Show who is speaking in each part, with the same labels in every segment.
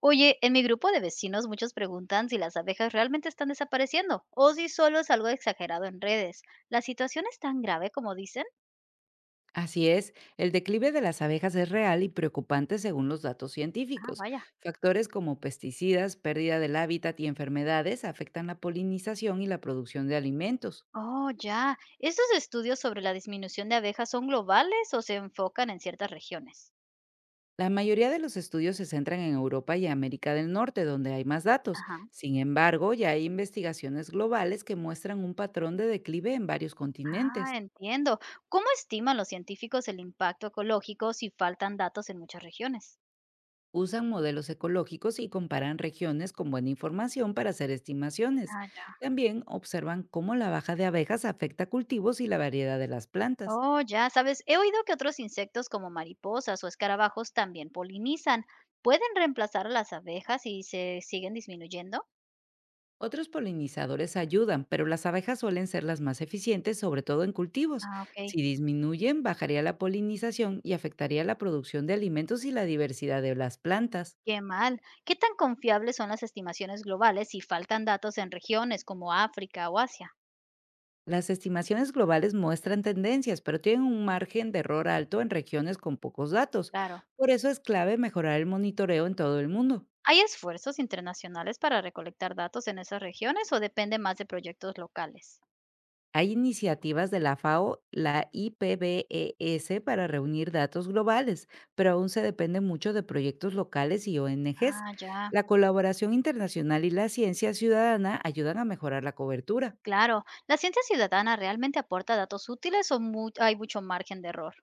Speaker 1: Oye, en mi grupo de vecinos muchos preguntan si las abejas realmente están desapareciendo o si solo es algo exagerado en redes. ¿La situación es tan grave como dicen?
Speaker 2: Así es, el declive de las abejas es real y preocupante según los datos
Speaker 1: Ah,
Speaker 2: científicos.
Speaker 1: vaya.
Speaker 2: Factores como pesticidas, pérdida del hábitat y enfermedades afectan la polinización y la producción de alimentos.
Speaker 1: Oh, ya. ¿Estos estudios sobre la disminución de abejas son globales o se enfocan en ciertas regiones?
Speaker 2: La mayoría de los estudios se centran en Europa y América del Norte, donde hay más datos.
Speaker 1: Ajá.
Speaker 2: Sin embargo, ya hay investigaciones globales que muestran un patrón de declive en varios
Speaker 1: Ah,
Speaker 2: continentes.
Speaker 1: entiendo. ¿Cómo estiman los científicos el impacto ecológico si faltan datos en muchas regiones?
Speaker 2: Usan modelos ecológicos y comparan regiones con buena información para hacer estimaciones.
Speaker 1: Ah, ya.
Speaker 2: También observan cómo la baja de abejas afecta cultivos y la variedad de las plantas.
Speaker 1: Oh, ya sabes, he oído que otros insectos como mariposas o escarabajos también polinizan. ¿Pueden reemplazar a las abejas y se siguen disminuyendo?
Speaker 2: Otros polinizadores ayudan, pero las abejas suelen ser las más eficientes, sobre todo en cultivos.
Speaker 1: Ah, ok.
Speaker 2: Si disminuyen, bajaría la polinización y afectaría la producción de alimentos y la diversidad de las plantas.
Speaker 1: Qué mal. ¿Qué tan confiables son las estimaciones globales si faltan datos en regiones como África o Asia?
Speaker 2: Las estimaciones globales muestran tendencias, pero tienen un margen de error alto en regiones con pocos datos.
Speaker 1: Claro.
Speaker 2: Por eso es clave mejorar el monitoreo en todo el mundo.
Speaker 1: ¿Hay esfuerzos internacionales para recolectar datos en esas regiones o depende más de proyectos locales?
Speaker 2: Hay iniciativas de la FAO, la IPBES, para reunir datos globales, pero aún se depende mucho de proyectos locales y ONGs.
Speaker 1: Ah, ya.
Speaker 2: La colaboración internacional y la ciencia ciudadana ayudan a mejorar la cobertura.
Speaker 1: Claro. ¿La ciencia ciudadana realmente aporta datos útiles o hay mucho margen de error?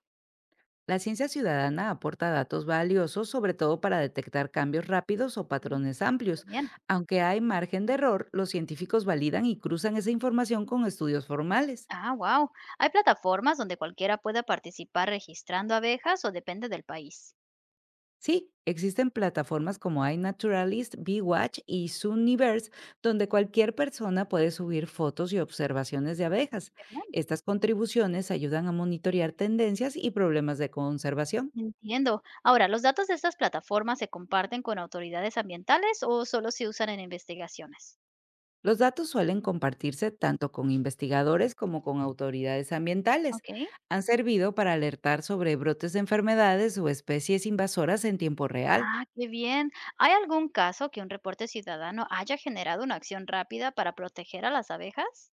Speaker 2: La ciencia ciudadana aporta datos valiosos, sobre todo para detectar cambios rápidos o
Speaker 1: Mm,
Speaker 2: patrones
Speaker 1: muy
Speaker 2: amplios.
Speaker 1: bien.
Speaker 2: Aunque hay margen de error, los científicos validan y cruzan esa información con estudios formales.
Speaker 1: Ah, wow. Hay plataformas donde cualquiera pueda participar registrando abejas o depende del país.
Speaker 2: Sí, existen plataformas como iNaturalist, BeWatch y Zooniverse, donde cualquier persona puede subir fotos y observaciones de abejas.
Speaker 1: Qué bien.
Speaker 2: Estas contribuciones ayudan a monitorear tendencias y problemas de conservación.
Speaker 1: Entiendo. Ahora, ¿los datos de estas plataformas se comparten con autoridades ambientales o solo se usan en investigaciones?
Speaker 2: Los datos suelen compartirse tanto con investigadores como con autoridades ambientales.
Speaker 1: Ok.
Speaker 2: Han servido para alertar sobre brotes de enfermedades o especies invasoras en tiempo real.
Speaker 1: Ah, qué bien. ¿Hay algún caso que un reporte ciudadano haya generado una acción rápida para proteger a las abejas?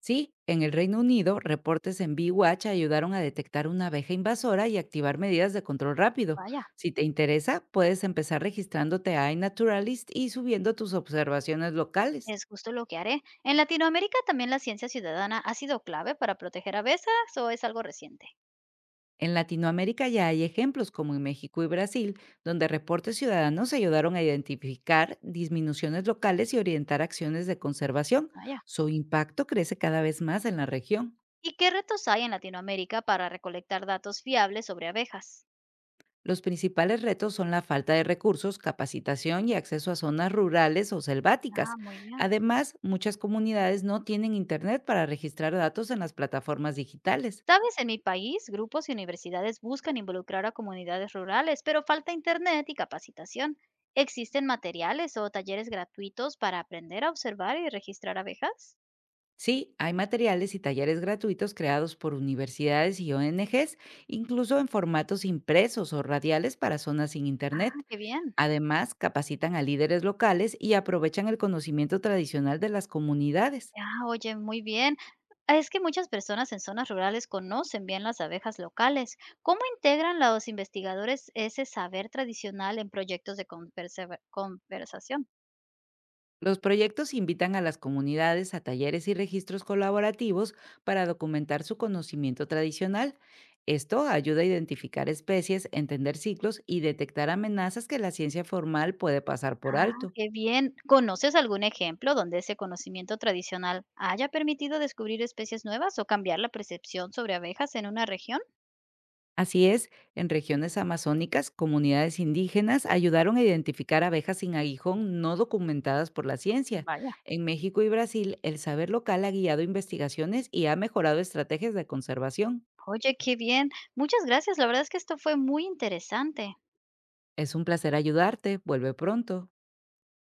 Speaker 2: Sí, en el Reino Unido, reportes en BWatch ayudaron a detectar una abeja invasora y activar medidas de control rápido.
Speaker 1: Vaya,
Speaker 2: Si te interesa, puedes empezar registrándote a iNaturalist y subiendo tus observaciones locales.
Speaker 1: es justo lo que haré. ¿En Latinoamérica también la ciencia ciudadana ha sido clave para proteger abejas o es algo reciente?
Speaker 2: En Latinoamérica ya hay ejemplos como en México y Brasil, donde reportes ciudadanos ayudaron a identificar disminuciones locales y orientar acciones de conservación.
Speaker 1: Vaya.
Speaker 2: Su impacto crece cada vez más en la región.
Speaker 1: ¿Y qué retos hay en Latinoamérica para recolectar datos fiables sobre abejas?
Speaker 2: Los principales retos son la falta de recursos, capacitación y acceso a zonas rurales o
Speaker 1: Ah,
Speaker 2: selváticas.
Speaker 1: muy bien.
Speaker 2: Además, muchas comunidades no tienen internet para registrar datos en las plataformas digitales.
Speaker 1: Sabes, en mi país, grupos y universidades buscan involucrar a comunidades rurales, pero falta internet y capacitación. ¿Existen materiales o talleres gratuitos para aprender a observar y registrar abejas?
Speaker 2: Sí, hay materiales y talleres gratuitos creados por universidades y ONGs, incluso en formatos impresos o radiales para zonas sin
Speaker 1: Ah,
Speaker 2: internet.
Speaker 1: qué bien.
Speaker 2: Además, capacitan a líderes locales y aprovechan el conocimiento tradicional de las comunidades.
Speaker 1: Ah, oye, muy bien. Ah, es que muchas personas en zonas rurales conocen bien las abejas locales. ¿Cómo integran los investigadores ese saber tradicional en proyectos de conversación?
Speaker 2: Los proyectos invitan a las comunidades a talleres y registros colaborativos para documentar su conocimiento tradicional. Esto ayuda a identificar especies, entender ciclos y detectar amenazas que la ciencia formal puede pasar por
Speaker 1: Ah,
Speaker 2: alto.
Speaker 1: qué bien. ¿Conoces algún ejemplo donde ese conocimiento tradicional haya permitido descubrir especies nuevas o cambiar la percepción sobre abejas en una región?
Speaker 2: Así es, en regiones amazónicas, comunidades indígenas ayudaron a identificar abejas sin aguijón no documentadas por la ciencia.
Speaker 1: Vaya.
Speaker 2: En México y Brasil, el saber local ha guiado investigaciones y ha mejorado estrategias de conservación.
Speaker 1: Oye, qué bien. Muchas gracias. La verdad es que esto fue muy interesante.
Speaker 2: Es un placer ayudarte. Vuelve pronto.